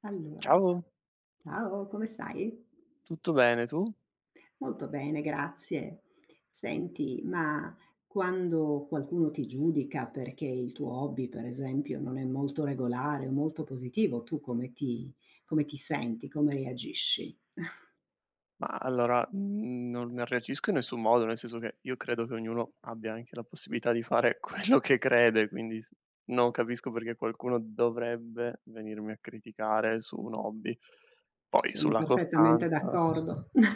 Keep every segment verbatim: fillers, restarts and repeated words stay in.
Allora, Ciao, ciao, come stai? tutto bene tu? Molto bene, grazie. Senti, ma quando qualcuno ti giudica perché il tuo hobby, per esempio, non è molto regolare o molto positivo, tu come ti, come ti senti, come reagisci? Ma allora, mhmm, non ne reagisco in nessun modo, nel senso che io credo che ognuno abbia anche la possibilità di fare quello che crede, quindi s non capisco perché qualcuno dovrebbe venirmi a criticare su un hobby. Poi Sono sulla perfettamente costanza d'accordo.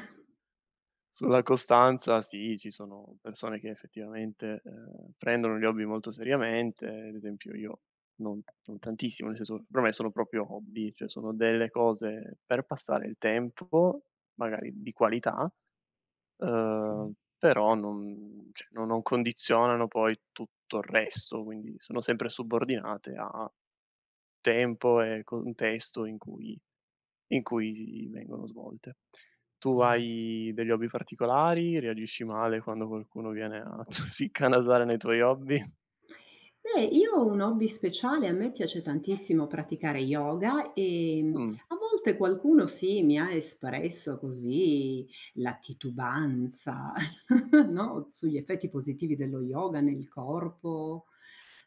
sulla costanza sì, ci sono persone che effettivamente, ehm, prendono gli hobby molto seriamente, ad esempio io non non tantissimo, nel senso per me sono proprio hobby, cioè sono delle cose per passare il tempo, magari di qualità, Sì, ehm, però non cioè no non condizionano poi tutto il resto, quindi sono sempre subordinate a tempo e contesto in cui in cui vengono svolte. Tu benissi hai degli hobby particolari? Reagisci male quando qualcuno viene a spiccanasare nei tuoi hobby? beh, io ho un hobby speciale, a me piace tantissimo praticare yoga e, mhmm, Mh, a volte qualcuno sì, mi ha espresso così la titubanza, no, sugli effetti positivi dello yoga nel corpo,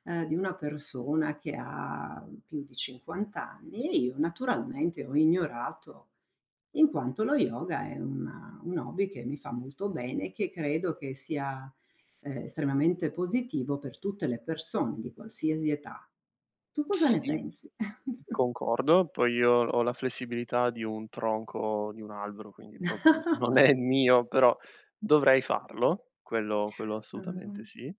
ehm, di una persona che ha più di cinquanta anni e io naturalmente ho ignorato. In quanto lo yoga è una un hobby che mi fa molto bene e che credo che sia, ehm, estremamente positivo per tutte le persone di qualsiasi età. Tu cosa ne sì, pensi? concordo. Poi io ho la flessibilità di un tronco di un albero, quindi proprio non è il mio, però dovrei farlo, quello quello Ah-ah. assolutamente sì,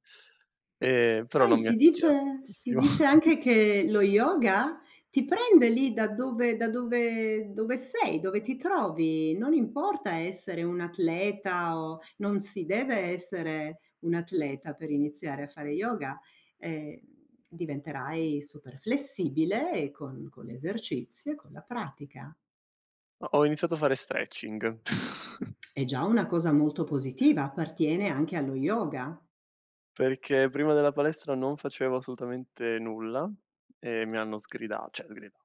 ehm, però Sai, non mi si attira dice si tantissimo. dice anche che lo yoga ti prende lì da dove da dove dove sei, dove ti trovi. Non importa essere un atleta o non si deve essere un atleta per iniziare a fare yoga. Ehm, diventerai super flessibile e con con l'esercizio e con la pratica. Ho iniziato a fare stretching. È già una cosa molto positiva, appartiene anche allo yoga. Perché prima della palestra non facevo assolutamente nulla e mi hanno sgrida cioè sgridato,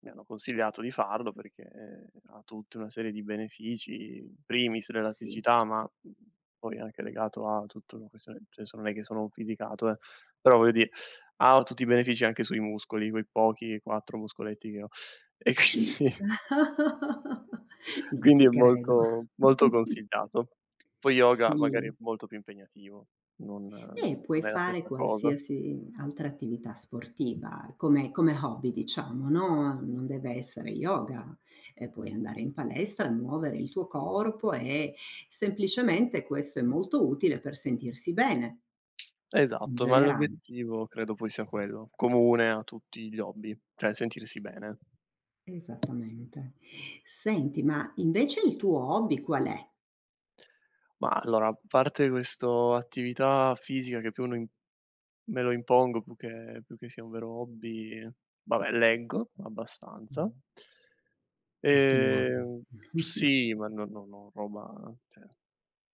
mi hanno consigliato di farlo perché, ehm, ha tutta una serie di benefici, in primis Sì. l'elasticità, ma, mhmm, poi anche legato a tutta una questione cioè adesso non è che sono un fisicato eh, però voglio dire, ha tutti i benefici anche sui muscoli, quei pochi quattro muscoletti che ho. E quindi Non quindi ti è credo. molto molto consigliato. Poi yoga magari è Sì, molto più impegnativo, non e non puoi non è la fare stessa cosa. qualsiasi altra attività sportiva come come hobby diciamo, no, non deve essere yoga, ehm, puoi andare in palestra, muovere il tuo corpo e semplicemente questo è molto utile per sentirsi bene, in Esatto, ma generale. l'obiettivo credo poi sia quello, comune a tutti gli hobby, cioè sentirsi bene. Esattamente. Senti, ma invece il tuo hobby qual è? Ma allora, a parte questo attività fisica che più uno im me lo impongo più che più che sia un vero hobby, vabbè leggo abbastanza. Mh, ottimo hobby. Ehm, sì, ma no no no roba cioè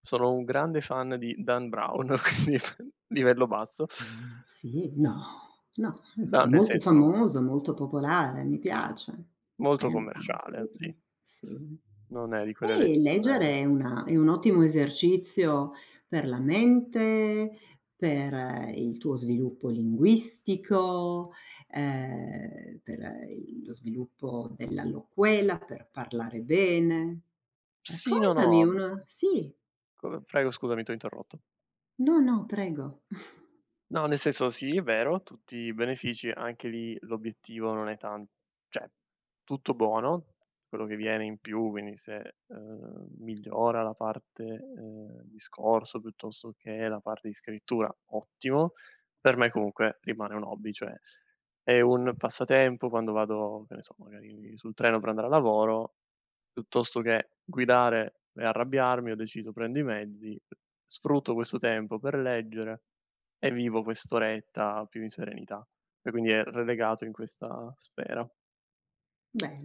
sono un grande fan di Dan Brown, quindi livello basso. Ah, sì? No, no, no, Da nel molto senso no, famoso, molto popolare, mi piace. molto Sembra, commerciale, sì, sì. sì. Non è di quelle E letture. leggere è una è un ottimo esercizio per la mente, per il tuo sviluppo linguistico, ehm, per il lo sviluppo della loquela, per parlare bene. Sì, no, Raccontami no. una sì, Co Prego, scusami, t'ho interrotto. no, no, prego. No, nel senso sì, è vero, tutti i benefici, anche lì l'obiettivo non è tan cioè tutto buono, quello che viene in più, quindi se, ehm, migliora la parte, ehm, discorso piuttosto che la parte di scrittura, ottimo. Per me comunque rimane un hobby, cioè è un passatempo quando vado, che ne so, magari sul treno per andare a lavoro, piuttosto che guidare e arrabbiarmi, ho deciso prendo i mezzi, sfrutto questo tempo per leggere. E vivo quest'oretta più in serenità. E quindi è relegato in questa sfera.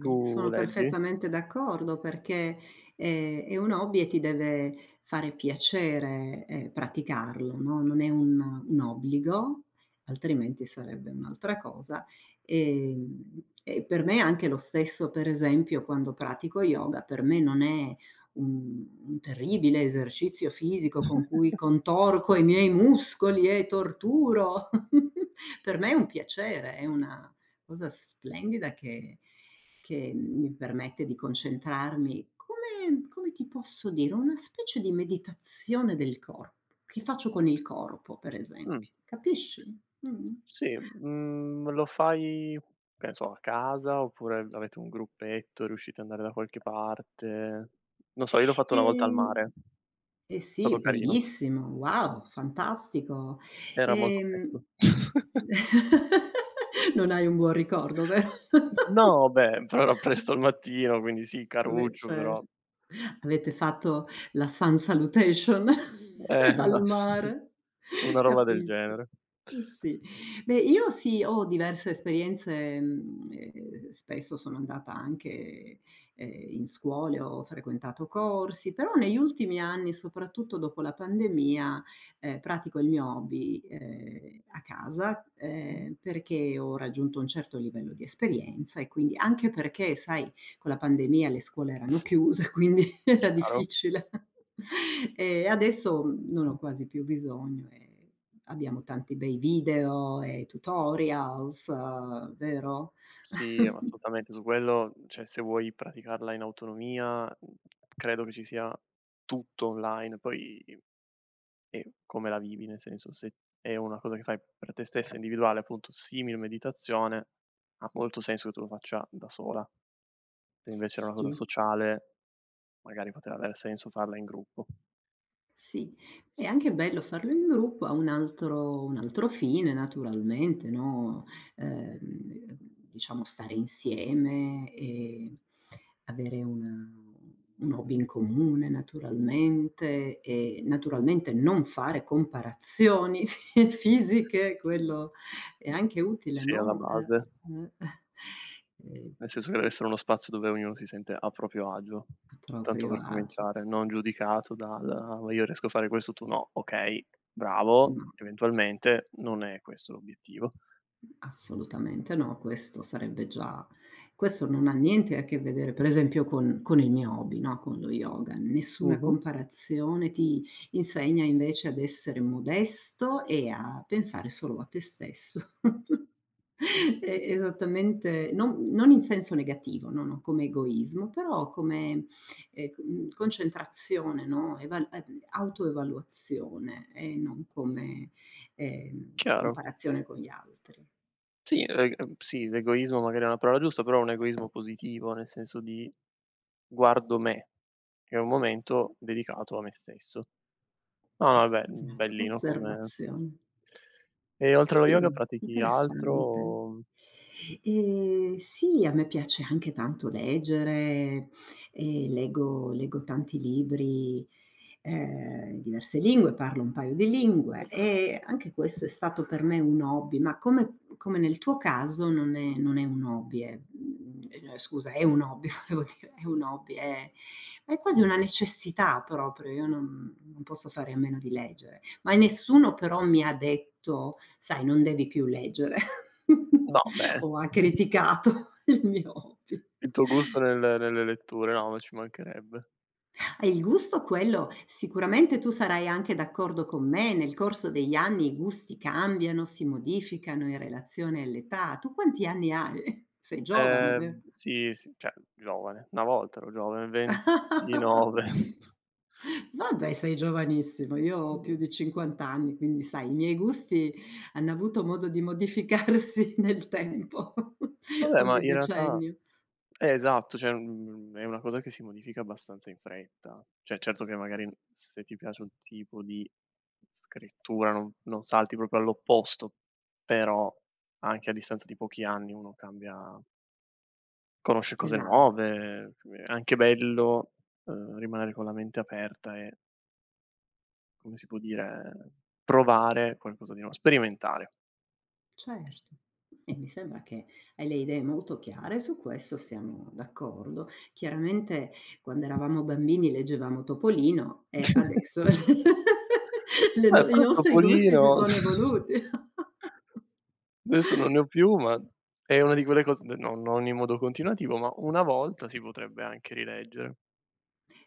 Tu sono leggi? perfettamente d'accordo perché, ehm, è un hobby e ti deve fare piacere, ehm, praticarlo, no, non è un un obbligo, altrimenti sarebbe un'altra cosa. Ehm, e per me è anche lo stesso, per esempio, quando pratico yoga, per me non è un un terribile esercizio fisico con cui contorco i miei muscoli e torturo. Per me è un piacere, è una cosa splendida che che mi permette di concentrarmi, come come ti posso dire, una specie di meditazione del corpo, che faccio con il corpo per Mh, esempio, capisci? Mh. sì, mhmm, lo fai, che ne so, a casa, oppure avete un gruppetto, riuscite ad andare da qualche parte? Non so, io l'ho fatto una volta al Ehm mare. eh sì, Stato carino. bellissimo, wow, fantastico. Era molto presto. Ehm non hai un buon ricordo, vero? No, beh, però era presto al mattino, quindi sì, Beh, caruccio però cer Avete fatto la sun salutation eh, al no, sì, mare? una roba del Capisco. genere. Sì. Beh, io sì, ho diverse esperienze, mhmm, ehm, spesso sono andata anche, ehm, in scuole, ho frequentato corsi, però negli ultimi anni, soprattutto dopo la pandemia, ehm, pratico il mio hobby, ehm, a casa, Mh, ehm, perché ho raggiunto un certo livello di esperienza e quindi anche perché, sai, con la pandemia le scuole erano chiuse, quindi era chiaro. difficile. E adesso mm, non ho quasi più bisogno e abbiamo tanti bei video e tutorials, eh, vero? Sì, assolutamente, su quello cioè se vuoi praticarla in autonomia, mhmm, credo che ci sia tutto online, poi è come la vivi, nel senso se è una cosa che fai per te stessa individuale, appunto, simil meditazione, ha molto senso che tu lo faccia da sola. Se invece era una cosa Sì. sociale, magari poteva aver senso farla in gruppo. Sì, è anche bello farlo in gruppo, ha un altro un altro fine naturalmente, no, ehm, diciamo stare insieme e avere una un hobby in comune naturalmente e naturalmente non fare comparazioni fi fisiche, Mh. quello è Mh. anche utile, Sì, alla no, ehm, base. ehm, e Nel senso che deve essere uno spazio dove ognuno si sente a proprio agio, a tanto proprio per agio, cominciare, non giudicato dal: "Ah, ma io riesco a fare questo, tu no". Okay, bravo, mh. eventualmente non è questo l'obiettivo. Assolutamente no, questo sarebbe già questo non ha niente a che vedere, per esempio, con con il mio hobby, no, con lo yoga. Nessuna Mh-mh, comparazione, ti insegna invece ad essere modesto e a pensare solo a te stesso. E esattamente, non non in senso negativo, no, no, come egoismo, però come, ehm, mhmm, concentrazione, no, eval ehm, autoevaluazione e non come, ehm, chiaro. comparazione con gli altri. Sì, ehm, ehm, sì, l'egoismo magari è una parola giusta, però un egoismo positivo, nel senso di: "Guardo me", che è un momento dedicato a me stesso. No, no, Eh, vabbè, mhmm, esatto, bellino come. osservazione. E oltre allo yoga Sì, pratichi altro interessante. o. Ehm, sì, a me piace anche tanto leggere, ehm, leggo leggo tanti libri, ehm, in diverse lingue, parlo un paio di lingue e anche questo è stato per me un hobby, ma come come nel tuo caso non è non è un hobby, è mhmm, ehm, scusa, è un hobby, volevo dire, è un hobby, è è quasi una necessità proprio, io non non posso fare a meno di leggere. Ma nessuno però mi ha detto: "Sai, non devi più leggere." No, beh. O ha criticato il mio hobby. Il tuo gusto nel nelle letture, no, ma ci mancherebbe. Eh, il gusto quello sicuramente tu sarai anche d'accordo con me, nel corso degli anni i gusti cambiano, si modificano in relazione all'età. Tu quanti anni hai? Sei giovane, Ehm, ve Sì, sì, cioè giovane, una volta ero giovane, ventinove. Vabbè, sei giovanissimo, io ho più Mh, di cinquanta anni, quindi sai, i miei gusti hanno avuto modo di modificarsi nel tempo, vabbè, ma ogni in realtà decennio. eh, esatto, cioè, mhmm, è una cosa che si modifica abbastanza in fretta. Cioè, certo che magari n se ti piace un tipo di scrittura non non salti proprio all'opposto, però anche a distanza di pochi anni uno cambia. Conosci cose Esatto, nuove, è anche bello, uhm, rimanere con la mente aperta e, come si può dire, provare qualcosa di nuo sperimentare. certo. E mi sembra che hai le idee molto chiare, su questo siamo d'accordo. Chiaramente quando eravamo bambini leggevamo Topolino e adesso le Eh, no i però nostri gusti si Topolino sono evoluti. adesso non ne ho più, ma è una di quelle cose non non in modo continuativo, ma una volta si potrebbe anche rileggere.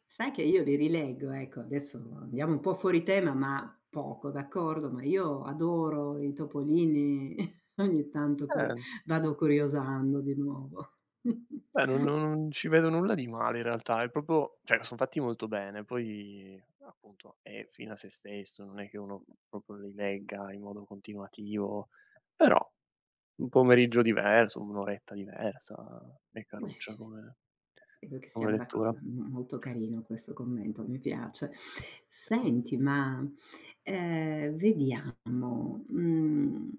Sai che io li rileggo, ecco, adesso andiamo un po' fuori tema, ma poco, d'accordo, ma io adoro i topolini, ogni tanto cur Eh. vado curiosando di nuovo. Beh, non non non ci vedo nulla di male in realtà, è proprio cioè son fatti molto bene, poi appunto è fine a se stesso, non è che uno proprio li legga in modo continuativo, però un pomeriggio diverso, un'oretta diversa è caruccia Beh, come credo che come siamo lettura. d'accordo, m molto carino questo commento, mi piace. Senti, ma, ehm, vediamo, mhmm,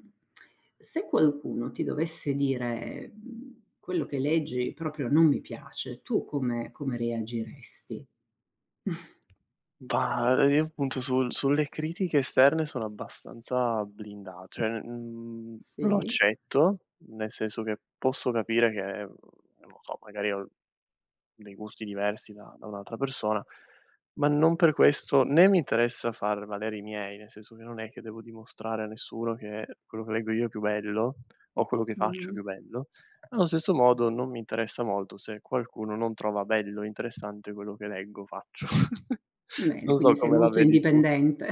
se qualcuno ti dovesse dire, mhmm: "Quello che leggi proprio non mi piace", tu come come reagiresti? Bah, io appunto sul sulle critiche esterne sono abbastanza blinda cioè, mhmm, lo Sì, accetto, nel senso che posso capire che, non lo so, magari ho dei gusti diversi da da un'altra persona, ma non per questo né mi interessa far valere i miei, nel senso che non è che devo dimostrare a nessuno che quello che leggo io è più bello o quello che faccio è mh-mh. più bello. Allo stesso modo non mi interessa molto se qualcuno non trova bello, interessante quello che leggo o faccio. Bene, Non so quindi sei come la molto vedi tu. indipendente,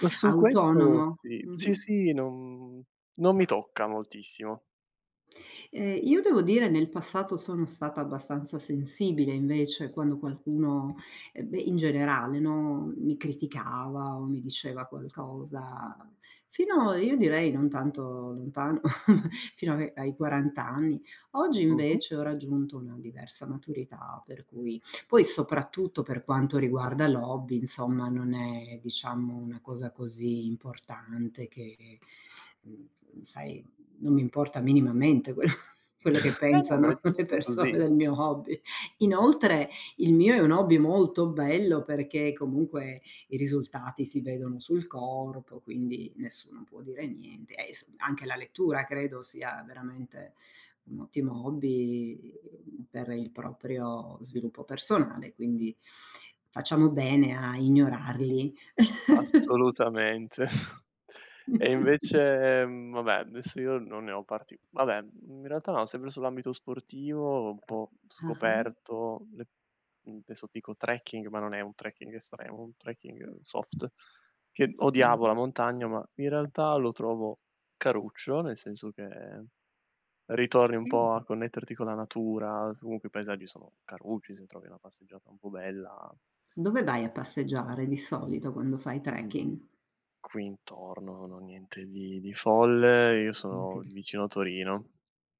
Ma su questo autonomo. sì. Sì, Mh-mh. sì, non non mi tocca moltissimo. Ehm, io devo dire nel passato sono stata abbastanza sensibile invece quando qualcuno ehm, beh, in generale, no, mi criticava o mi diceva qualcosa, fino io direi non tanto lontan fino a ai quaranta anni. Oggi Mh-mh. invece ho raggiunto una diversa maturità, per cui poi soprattutto per quanto riguarda l'hobby, insomma, non è diciamo una cosa così importante che, mhmm, sai, non mi importa minimamente quello quello che Eh no, ma è pensano le giusto persone così. del mio hobby. Inoltre il mio è un hobby molto bello perché comunque i risultati si vedono sul corpo, quindi nessuno può dire niente. E s Anche la lettura credo sia veramente un ottimo hobby per il proprio sviluppo personale, quindi facciamo bene a ignorarli. Assolutamente. E invece, mhmm, vabbè, adesso io non ne ho parti vabbè, in realtà no, sempre sull'ambito sportivo, un po' Ah-ah, scoperto le. mhmm, adesso dico trekking, ma non è un trekking estremo, un trekking soft, che sì. odiavo la montagna, ma in realtà lo trovo caruccio, nel senso che ritorni un E po' a connetterti con la natura, comunque i paesaggi sono carucci, se trovi una passeggiata un po' bella, dove vai a passeggiare di solito quando fai mh. trekking? Qui intorno non ho niente di di folle, io sono vicino a Torino,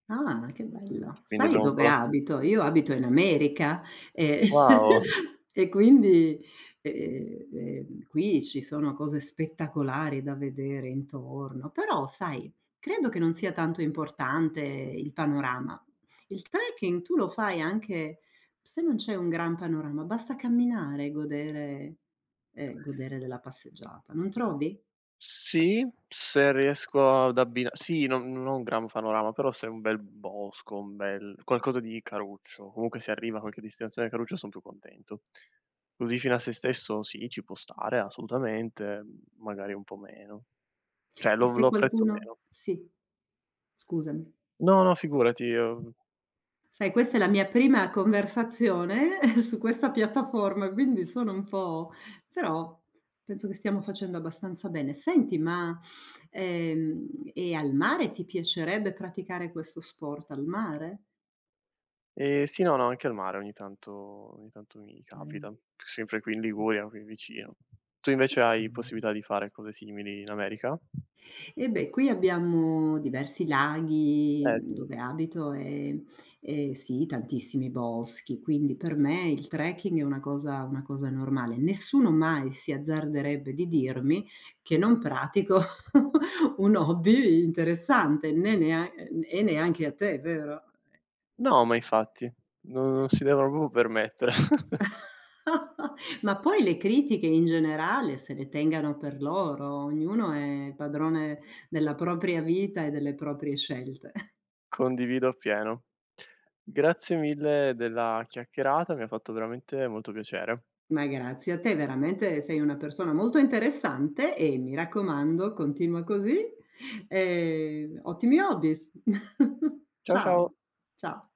Ah, che bello. quindi Sai abbiamo un po' dove la. abito? Io abito in America e Wow! e quindi, ehm, ehm, qui ci sono cose spettacolari da vedere intorno, però sai, credo che non sia tanto importante il panorama. Il trekking tu lo fai anche se non c'è un gran panorama, basta camminare e godere ehm, godere della passeggiata, non trovi? Sì, se riesco ad abbina sì, non non un gran panorama, però se è un bel bosco, un bel qualcosa di caruccio, comunque se arriva a qualche destinazione caruccia son più contento. Così fino a se stesso sì, ci può stare assolutamente, magari un po' meno. Cioè E lo se lo apprezzo qualcuno meno. sì, scusami. No, no, figurati, uhm Sai, questa è la mia prima conversazione su questa piattaforma, quindi sono un po' però penso che stiamo facendo abbastanza bene. Senti, ma, ehm, e al mare ti piacerebbe praticare questo sport al mare? Ehm, sì, no, no, anche al mare ogni tanto ogni tanto mi Ehm, capita, sempre qui in Liguria, qui vicino. Tu invece hai mh-mh. possibilità di fare cose simili in America? E beh, qui abbiamo diversi laghi, Eh mhmm, sì. dove abito e e sì, tantissimi boschi, quindi per me il trekking è una cosa una cosa normale. Nessuno mai si azzarderebbe di dirmi che non pratico un hobby interessante, né nea ehm, e neanche a te, vero? Eh, No, ma cosa infatti, non non si devono proprio permettere. ma poi le critiche in generale se le tengano per loro, ognuno è padrone della propria vita e delle proprie scelte. Condivido appieno. Grazie mille della chiacchierata, mi ha fatto veramente molto piacere. Ma grazie a te, veramente sei una persona molto interessante e mi raccomando continua così. Ehm, ottimi hobbies. Ciao, ciao. Ciao, cia